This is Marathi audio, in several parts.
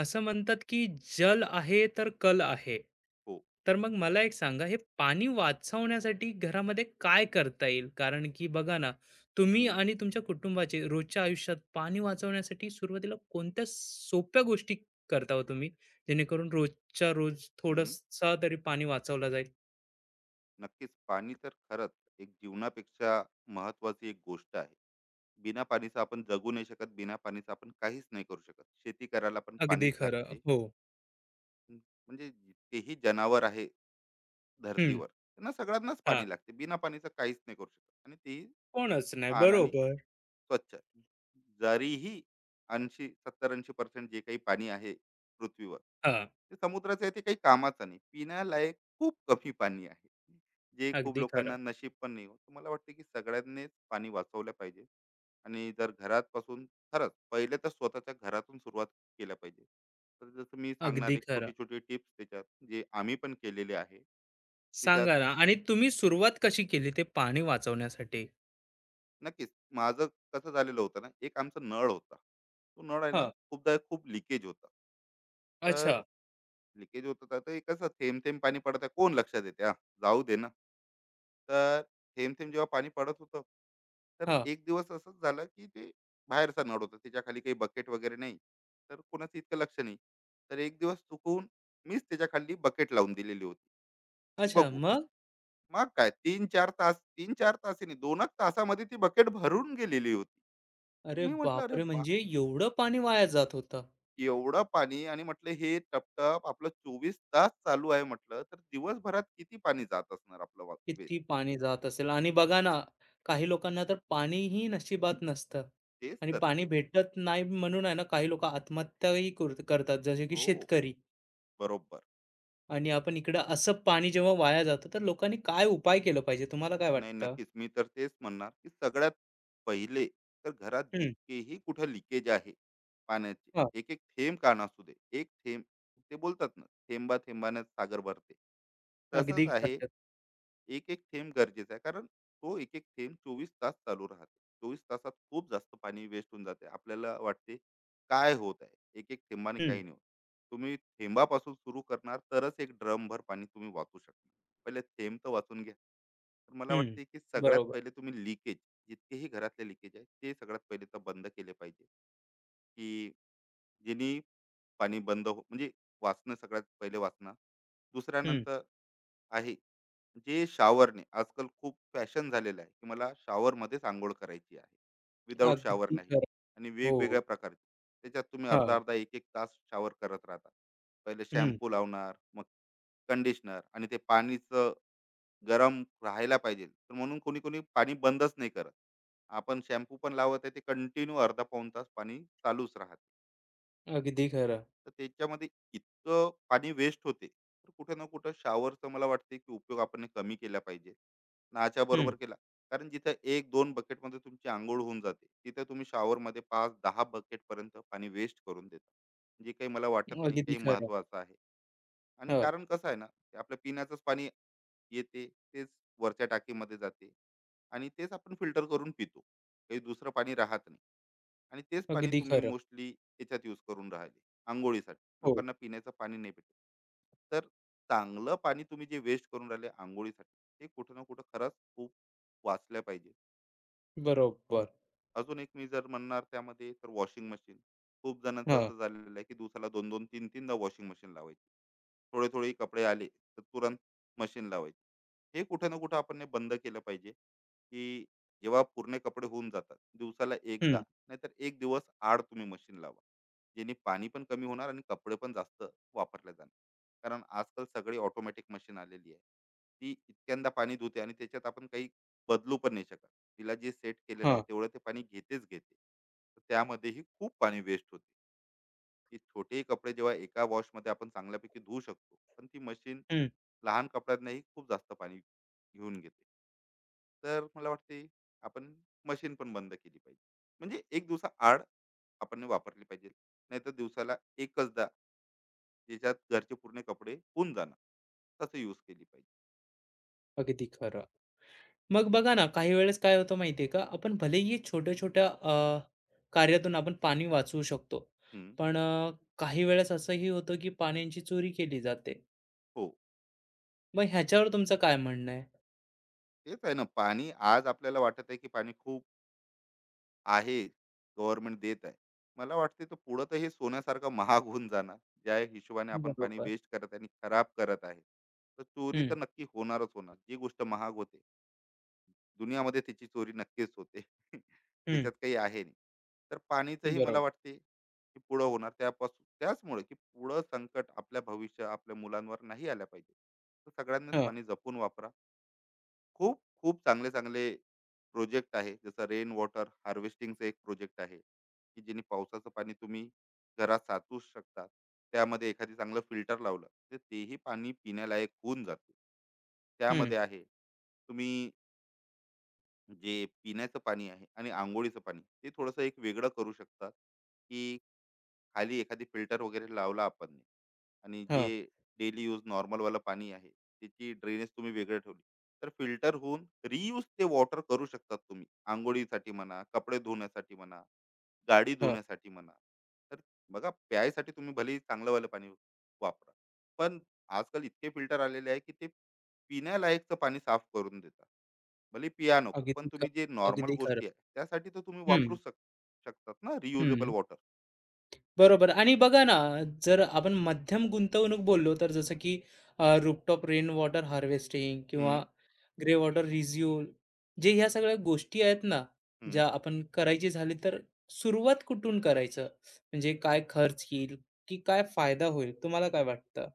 असं म्हणतात की जल आहे तर कल आहे. हो. तर मग मला एक सांगा हे पाणी वाचवण्यासाठी घरामध्ये काय करता येईल? कारण की बघा ना, तुम्ही हं, आणि तुमच्या कुटुंबाचे रोजच्या आयुष्यात पाणी वाचवण्यासाठी सुरुवातीला कोणत्या सोप्या गोष्टी करता हो तुम्ही? जेणेकरून रोजच्या रोज हं. थोडंसं तरी पाणी वाचवलं जाईल? नक्कीच. पाणी तर खरंच एक जीवनापेक्षा महत्त्वाची एक गोष्ट आहे. बिना पाणीचं आपण जगू नाही शकत. बिना पाणीचं आपण काहीच नाही करू शकत. शेती करायला पण अगदी पाणीच खरं. लागते. हो. हम्म, म्हणजे जितकेही जनावर आहे हं. धरतीवर, त्यांना सगळ्यांनाच हां. पाणी लागते. बिना पाणीचं काहीच नाही करू शकत आणि तेही कोणच नाही. छान आणि बरोबर. स्वच्छ आहे. जरीही 80-70-80% जे काही पाणी आहे पृथ्वीवर, हां. ते समुद्राचं आहे, ते काही कामाचं नाही. पिण्यालायक खूप कमी पाणी आहे. जे खूप अगदी खरं, लोकांना नशीब पण नाही होत. तर मला वाटतं की सगळ्यांनीच पाणी वाचवलं पाहिजे आणि जर घरापासून खरंच पहिले तर स्वतःच्या घरातून सुरुवात केल्या पाहिजे. तर जसं मी सांगणार अगदी एक खरं. छोटी-छोटी टिप्स त्याच्यात जे आम्ही पण केलेले आहे. त्याच्यात सांगा ना आणि तुम्ही सुरुवात कशी केली ते पाणी वाचवण्यासाठी? नक्कीच. माझं कसं झालेलं होतं ना, एक आमचा नळ होता. तो नळ आहे ना, हां. खूपदा खूप लीकेज होता. तर अच्छा. लीकेज होत होता, तर हे कसं थेंब-थेंब पाणी पडत आहे, कोण लक्षात देते, हां, जाऊ दे ना. तर थेंब-थेंब जेव्हा पाणी पडत होतं, तर हां. एक दिवस असंच झालं, की ते बाहेरचा नळ होता, त्याच्याखाली काही बकेट वगैरे नाही. तर कोणाचं इतकं लक्ष नाही. तर एक दिवस चुकून मीच त्याच्याखाली बकेट लावून दिलेली होती, की अच्छा. बघू. मग? मग काय, तीन-चार तास नाही, 2च तासामध्ये ती बकेट भरून गेलेली होती. तर अरे मी म्हटलं, "अरे बापरे! वाह! म्हणजे एवढं पाणी वाया जात होतं. एवढं पाणी" आणि म्हटलं, "हे टपटप, टप आपलं 24 तास चालू आहे." म्हटलं, "तर दिवसभरात किती पाणी जात असणार आपलं वेस्ट?" किती पाणी जात असेल आणि बघा ना, काही लोकांना तर पाणीही नशिबात नसतं तेच आणि तर. पाणी भेटत नाही म्हणून आहे ना, काही लोकं आत्महत्याही कुर करतात जसे की हो, शेतकरी बरोबर. आणि आपण इकडं असं पाणी जेव्हा वाया जातं, तर लोकांनी काय उपाय केलं पाहिजे? तुम्हाला काय नाही, वाटतं? नक्कीच. मी तर तेच म्हणणार, की सगळ्यात पहिले तर घरात हं. जितकेही कुठं लिकेज आहे पाण्याचे, हां. एक-एक थेंब का नसू दे, एक थेंब, ते बोलतात ना, "थेंबा थेंबाने सागर भरते." अगदी तसंच आहे. खरं. एक एक थेंब गरजेचा आहे, कारण तो एक एक थेंब 24 तास चालू राहते. 24 तासात खूप जास्त पाणी वेस्ट होऊन जाते. आपल्याला वाटते काय होत आहे, एक एक थेंबाने हं, काही नाही होत. तुम्ही थेंबापासून सुरू करणार तरच एक ड्रमभर पाणी तुम्ही वाचू शकणार. पहिले थेंब तर वाचून घ्या. तर मला हं. वाटते की सगळ्यात बरोबर. पहिले तुम्ही लिकेज, जितकेही घरातले लिकेज आहे ते सगळ्यात पहिले तर बंद केले पाहिजे. की जेणे पाणी बंद हो, म्हणजे वाचणं सगळ्यात पहिले. वाचणं हं. दुसऱ्यानंतर आहे. जे शॉवरने आजकाल खूप फॅशन झालेलं आहे, की मला shower मध्येच आंघोळ करायची आहे. विदाऊट शावर अगदी नाही. खरं. आणि हो. वेगवेगळ्या प्रकारचे त्याच्यात तुम्ही अर्धा हां. अर्धा एक एक तास शावर करत राहता. पहिले हं. शॅम्पू लावणार, मग कंडिशनर आणि ते पाणीचं गरम राहायला पाहिजे, तर म्हणून कोणी कोणी पाणी बंदच नाही करत. आपण शॅम्पू पण लावत आहे, ते कंटिन्यू अर्धा पाऊण तास पाणी चालूच राहत. अगदी खरं. तर त्याच्यामध्ये इतकं पाणी वेस्ट होते. तर कुठं ना कुठं शॉवरचा मला वाटते की उपयोग आपण कमी केला पाहिजे, नाच्या हं. बरोबर केला. कारण जिथं एक दोन बकेटमध्ये तुमची आंघोळ होऊन जाते, तिथं तुम्ही शॉवरमध्ये पाच दहा बकेटपर्यंत पाणी वेस्ट करून देता, जे काही मला वाटत नाही अगदी काही खरं. महत्त्वाचं आहे. आणि हां, कारण कसं आहे ना, ते आपलं पिण्याचंच पाणी येते, तेच वरच्या टाकीमध्ये जाते आणि तेच आपण फिल्टर करून पितो. काही दुसरं पाणी राहत नाही. आणि तेच पाणी अगदी तुम्ही खरं. मोस्टली याच्यात यूज करून राहिले आंघोळीसाठी. हो, लोकांना पिण्याचं पाणी नाही भेटत. तर चांगलं पाणी तुम्ही जे वेस्ट करून राहिले आंघोळीसाठी, ते कुठं ना कुठं खरंच खूप वाचलं पाहिजे. बरोबर. अजून एक मी जर म्हणणार त्यामध्ये, तर वॉशिंग मशीन. खूप जणांचं हां, असं झालेलं आहे की दिवसाला दोन दोन तीन तीनदा वॉशिंग मशीन लावायची. थोडे थोडे कपडे आले तर तुरंत मशीन लावायची. हे कुठं ना कुठं आपण हे बंद केलं पाहिजे, की जेव्हा पूर्ण कपडे होऊन जातात दिवसाला हं, एकदा, नाहीतर एक दिवस आड तुम्ही मशीन लावा, जेणे पाणी पण कमी होणार आणि कपडे पण जास्त वापरले जाणार. कारण आजकाल सगळी ऑटोमॅटिक मशीन आलेली आहे. ती इतक्यांदा पाणी धुते आणि त्याच्यात आपण काही बदलू पण नाही शकत. तिला जे सेट केलेलं आहे हां, तेवढं ते पाणी घेतेच घेते. तर त्यामध्येही खूप पाणी वेस्ट होते. की छोटेही कपडे जेव्हा एका वॉशमध्ये आपण चांगल्यापैकी धुवू शकतो, पण ती मशीन हं, लहान कपड्यांनाही खूप जास्त पाणी घेऊन घेते. तर मला वाटते आपण मशीन पण बंद केली पाहिजे, म्हणजे एक दिवसा आड आपण वापरली पाहिजे, नाहीतर दिवसाला एकचदा ज्याच्यात घरचे पूर्ण कपडे होऊन जाणार, तसं यूज केली पाहिजे. अगदी खरं. मग बघा ना, काही वेळेस काय होतं माहिती का, आपण भलेही छोट्या-छोट्या अ, कार्यातून आपण पाणी वाचवू शकतो. हम्म, पण काही वेळेस असंही होतं, की पाण्याची चोरी केली जाते. हो. मग ह्याच्यावर तुमचं काय म्हणणं आहे? तेच आहे ना, पाणी आज आपल्याला वाटत आहे की पाणी खूप आहे, गव्हर्नमेंट देत आहे. मला वाटते तो पुढं तर हे सोन्यासारखं महाग होऊन जाणार. ज्या हिशोबाने आपण पाणी बरोबर. वेस्ट करत आहे आणि खराब करत आहे. तर चोरी हम्म तर नक्की होणारच होणार. जी गोष्ट महाग होते, दुनियामध्ये तिची चोरी नक्कीच होते. हम्म त्याच्यात काही आहे नाही. तर पाणीचंही मला बरोबर. वाटते, की पुढं होणार. त्यापासून त्याचमुळे की पुढं संकट आपल्या भविष्य, आपल्या मुलांवर नाही आलं पाहिजे. तर सगळ्यांनीच हं, हम्म हं, बरोबर. हां, पाणी जपून वापरा. खूप खूप चांगले चांगले प्रोजेक्ट आहे, जसं रेन वॉटर हार्वेस्टिंगचं एक प्रोजेक्ट आहे की जेणे पावसाचं पाणी तुम्ही घरात साचू शकता. त्यामध्ये एखादी चांगलं फिल्टर लावलं तर तेही पाणी पिण्यालायक होऊन जाते. हं, त्यामध्ये आहे तुम्ही, जे पिण्याचं पाणी आहे आणि आंघोळीचं पाणी, ते थोडंसं एक वेगळं करू शकता, की खाली एखादी फिल्टर वगैरे लावला आपण ने, आणि हां, जे डेली यूज नॉर्मलवालं पाणी आहे त्याची ड्रेनेज तुम्ही वेगळं ठेवली तर फिल्टर होऊन रियूज ते वॉटर करू शकतात तुम्ही. आंघोळीसाठी म्हणा, कपडे धुण्यासाठी म्हणा, गाडी धुण्यासाठी म्हणा. तर बघा, प्यायसाठी तुम्ही भले चांगलंवालं पाणी वापरा, पण आजकाल इतके फिल्टर आलेले आहे की ते पिण्यालायकचं पाणी साफ करून देतात. भले पिया नको, पण अगदी तुम्ही खरं, जे नॉर्मल अगदी खरं. गोष्टी आहे त्यासाठी तर तुम्ही वापरू हं, शक शकतात ना रियुजेबल हं. बरोबर आणि बघा ना, जर आपण मध्यम गुंतवणूक बोललो, तर जसं की रूफटॉप रेन वॉटर हार्वेस्टिंग किंवा वॉटर. ग्रे वॉटर रिज्यूल जे ह्या सगळ्या गोष्टी आहेत ना, ज्या आपण करायची झाली, तर सुरुवात कुठून करायचं? म्हणजे काय खर्च येईल, की काय फायदा होईल? तुम्हाला काय वाटतं?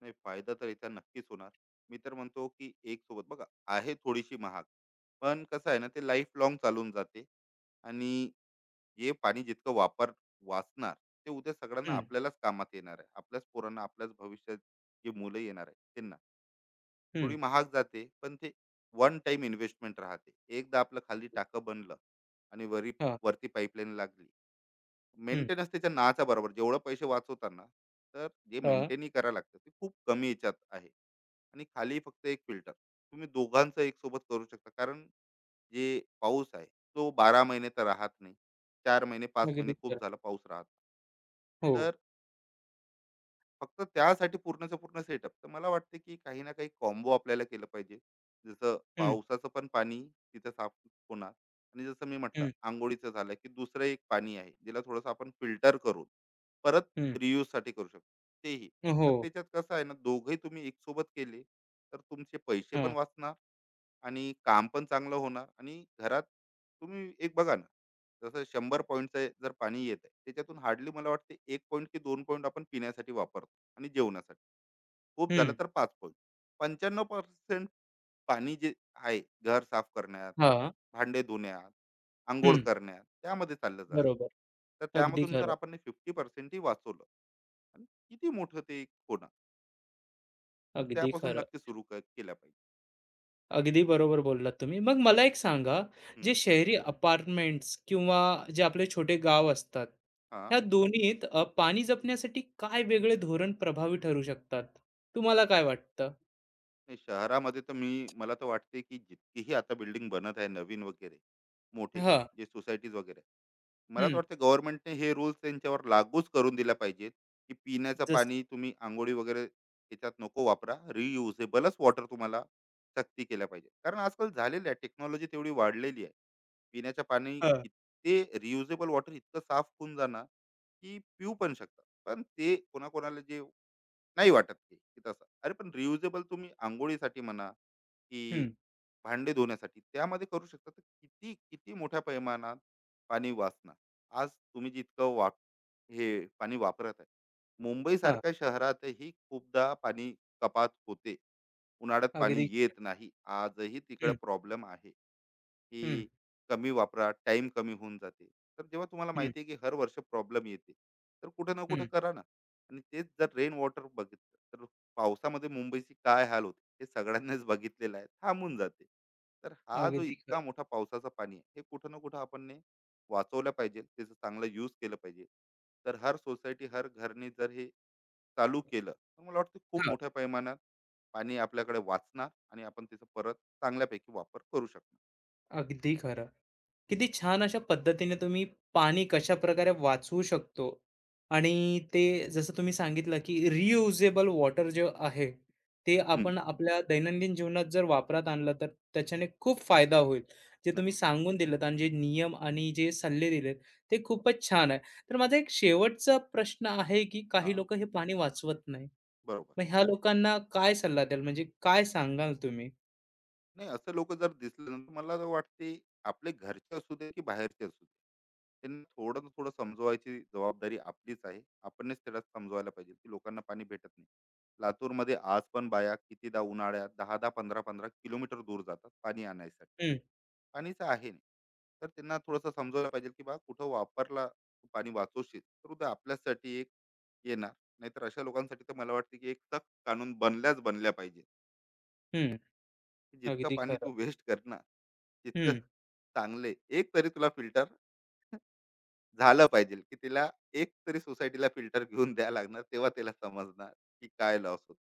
नाही, फायदा तर याचा नक्कीच होणार. मी तर म्हणतो की एक सोबत बघा, आहे थोडीशी महाग, पण कसं आहे ना, ते लाईफ लॉंग चालून जाते. आणि जे पाणी जितकं वाचणार, ते उद्या सगळ्यांना हं, आपल्यालाच कामात येणार आहे, आपल्याच पोरांना, आपल्याच भविष्यात जे मुलं येणार आहे त्यांना. हं. थोडी महाग जाते पण ते वन टाइम इन्व्हेस्टमेंट राहते. एकदा आपलं खाली टाकं बनलं आणि हां, वरती पाईपलाईन लागली. हं, मेंटेनन्स त्याच्या नाचा बरोबर जेवढं पैसे वाचवताना, तर जे हां. मेंटेनही करायला लागतं ते खूप कमी याच्यात आहे. आणि खाली फक्त एक फिल्टर तुम्ही दोघांचं एक सोबत करू शकता, कारण जे पाऊस आहे तो 12 महिने तर राहत नाही. चार महिने, पाच अगदी महिने खूप खरं. झाला पाऊस राहत. हो. तर फक्त त्यासाठी पूर्णचं पूर्ण सेटअप. तर मला वाटते की काही ना काही कॉम्बो आपल्याला केलं पाहिजे. जसं हं, पावसाचं पण पाणी तिथं साफ होणार. आणि जसं मी म्हटलं, हं, अंघोळीचं झालं, की दुसरं एक पाणी आहे, ज्याला थोडंसं आपण फिल्टर करून परत हं. रियूजसाठी करू शकतो, तेही. हो. तर त्याच्यात कसं आहे ना, दोघंही तुम्ही एकसोबत केले, तर तुमचे पैसे पण हां. वाचणार आणि काम पण चांगलं होणार. आणि घरात तुम्ही एक बघा ना, जसं 100 पॉईंटचं जर पाणी येत आहे, त्याच्यातून हार्डली मला वाटते एक पॉईंट की दोन पॉईंट आपण पिण्यासाठी वापरतो आणि जेवणासाठी. खूप झालं हं. तर पाच पॉईंट. 95% पाणी जे आहे, घर साफ करण्यात, हां. भांडे धुण्यात, आंघोळ हं. करण्यात त्यामध्ये चाललं जाते. बरोबर. तर अगदी त्यामधून जर खरं, आपण 50%ही वाचवलं, आणि किती मोठं ते एक होणार. तर अगदी त्यापासून खरं. नक्की केलं पाहिजे. अगदी बरोबर बोललात तुम्ही. मग मला एक सांगा, जे हम्म, शहरी अपार्टमेंट्स किंवा जे आपले छोटे गाव असतात, हा. ह्या दोन्हीत पाणी जपण्यासाठी काय वेगळे धोरण प्रभावी ठरू शकतात? तुम्हाला काय वाटतं? नाही, शहरामध्ये तर मला तर वाटते की जितकीही आता बिल्डिंग बनत आहे, नवीन वगैरे मोठे, हां, जे सोसायटीज वगैरे आहे, मला तर हं, वाटतं गव्हर्नमेंटने हे रूल्स त्यांच्यावर लागूच करून दिला पाहिजेत. की पिण्याचं जसं पाणी तुम्ही आंघोळी वगैरे त्याच्यात नको वापरा, रियुजेबलच वॉटर तुम्हाला सक्ती केल्या पाहिजे. कारण आजकाल झालेली आहे, टेक्नॉलॉजी तेवढी वाढलेली आहे, पिण्याचं पाणी हां, इतके रियुजेबल वॉटर इतकं साफ होऊन जाणार की पिऊ पण शकतात. पण ते कोणाकोणाला जे नाही वाटत, ते की तसं. अरे, पण रियुजेबल तुम्ही अंघोळीसाठी म्हणा की हं, भांडे धुण्यासाठी त्यामध्ये करू शकता. तर किती किती मोठ्या पैमानात पाणी वाचणार. आज तुम्ही जितकं हे पाणी वापरत आहे. हां, मुंबईसारख्या शहरातही खूपदा पाणी कपात होते. उन्हाळ्यात पाणी अगदी. येत नाही. आजही तिकडे हं, प्रॉब्लेम आहे. की हं, कमी वापरा, टाइम कमी होऊन जाते. तर जेव्हा तुम्हाला हं, माहिती आहे की हर वर्ष प्रॉब्लेम येते, तर कुठे ना कुठे हं, करा ना. आणि तेच जर रेन वॉटर बघितलं तर पावसामध्ये मुंबईची काय हाल होते हे सगळ्यांनीच बघितलेलं आहे. थांबून जाते. तर हा जो अगदी इतका खरं. मोठा पावसाचा पाणी आहे, हे कुठं ना कुठं आपण ने वाचवलं पाहिजे, त्याचं चांगलं यूज केलं पाहिजे. तर हर सोसायटी, हर घरने जर हे चालू केलं तर मला वाटतं खूप मोठ्या प्रमाणात पाणी आपल्याकडे वाचणार आणि आपण त्याचा परत चांगल्यापैकी वापर करू शकणार. अगदी खरं. किती छान अशा पद्धतीने तुम्ही पाणी कशाप्रकारे वाचवू शकतो आणि ते जसं तुम्ही सांगितलं, की रियुजेबल वॉटर जे आहे, ते हम्म, आपण आपल्या दैनंदिन जीवनात जर वापरात आणलं, तर त्याच्याने खूप फायदा होईल. जे तुम्ही नक्कीच. सांगून दिलंत आणि जे नियम आणि जे सल्ले दिलेत, ते खूपच छान आहे. तर माझा एक शेवटचा प्रश्न आहे, की काही हां, लोकं हे पाणी वाचवत नाही. बरोबर. मग ह्या लोकांना काय सल्ला द्याल? म्हणजे काय सांगाल तुम्ही? नाही, असं लोकं जर दिसले ना, तर मला तर वाटते, आपले घरचे असू दे की बाहेरचे असू दे, त्यांना थोडं ना थोडं समजवायची जबाबदारी आपलीच आहे. आपणच त्याला समजवायला पाहिजे, की लोकांना पाणी भेटत नाही. लातूरमध्ये आज पण बाया कितीदा उन्हाळ्यात 10-10, 15-15 किलोमीटर दूर जातात पाणी आणायसाठी. हं, पाणीच आहे नाही. तर त्यांना थोडंसं समजवायला पाहिजे, की "बा कुठं वापरला तू पाणी वाचवशील, तर उद्या आपल्यासाठी एक येणार." नाहीतर अशा लोकांसाठी तर मला वाटते, की एक सख्त कानून बनल्याच बनल्या पाहिजे. हं. की जितकं अगदी पाणी खरं. तू वेस्ट करणार, तितकं हं. चांगले एक तरी तुला फिल्टर झालं पाहिजे, की तिला एक तरी सोसायटीला फिल्टर घेऊन द्यायला लागणार, तेव्हा तिला समजणार की काय लॉस होतो.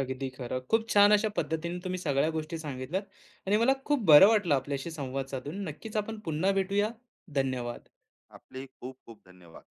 अगदी खरं. खूप छान अशा पद्धतीने तुम्ही सगळ्या गोष्टी सांगितल्यात आणि मला खूप बरं वाटलं आपल्याशी संवाद साधून. नक्कीच आपण पुन्हा भेटूया. धन्यवाद. आपले खूप खूप धन्यवाद.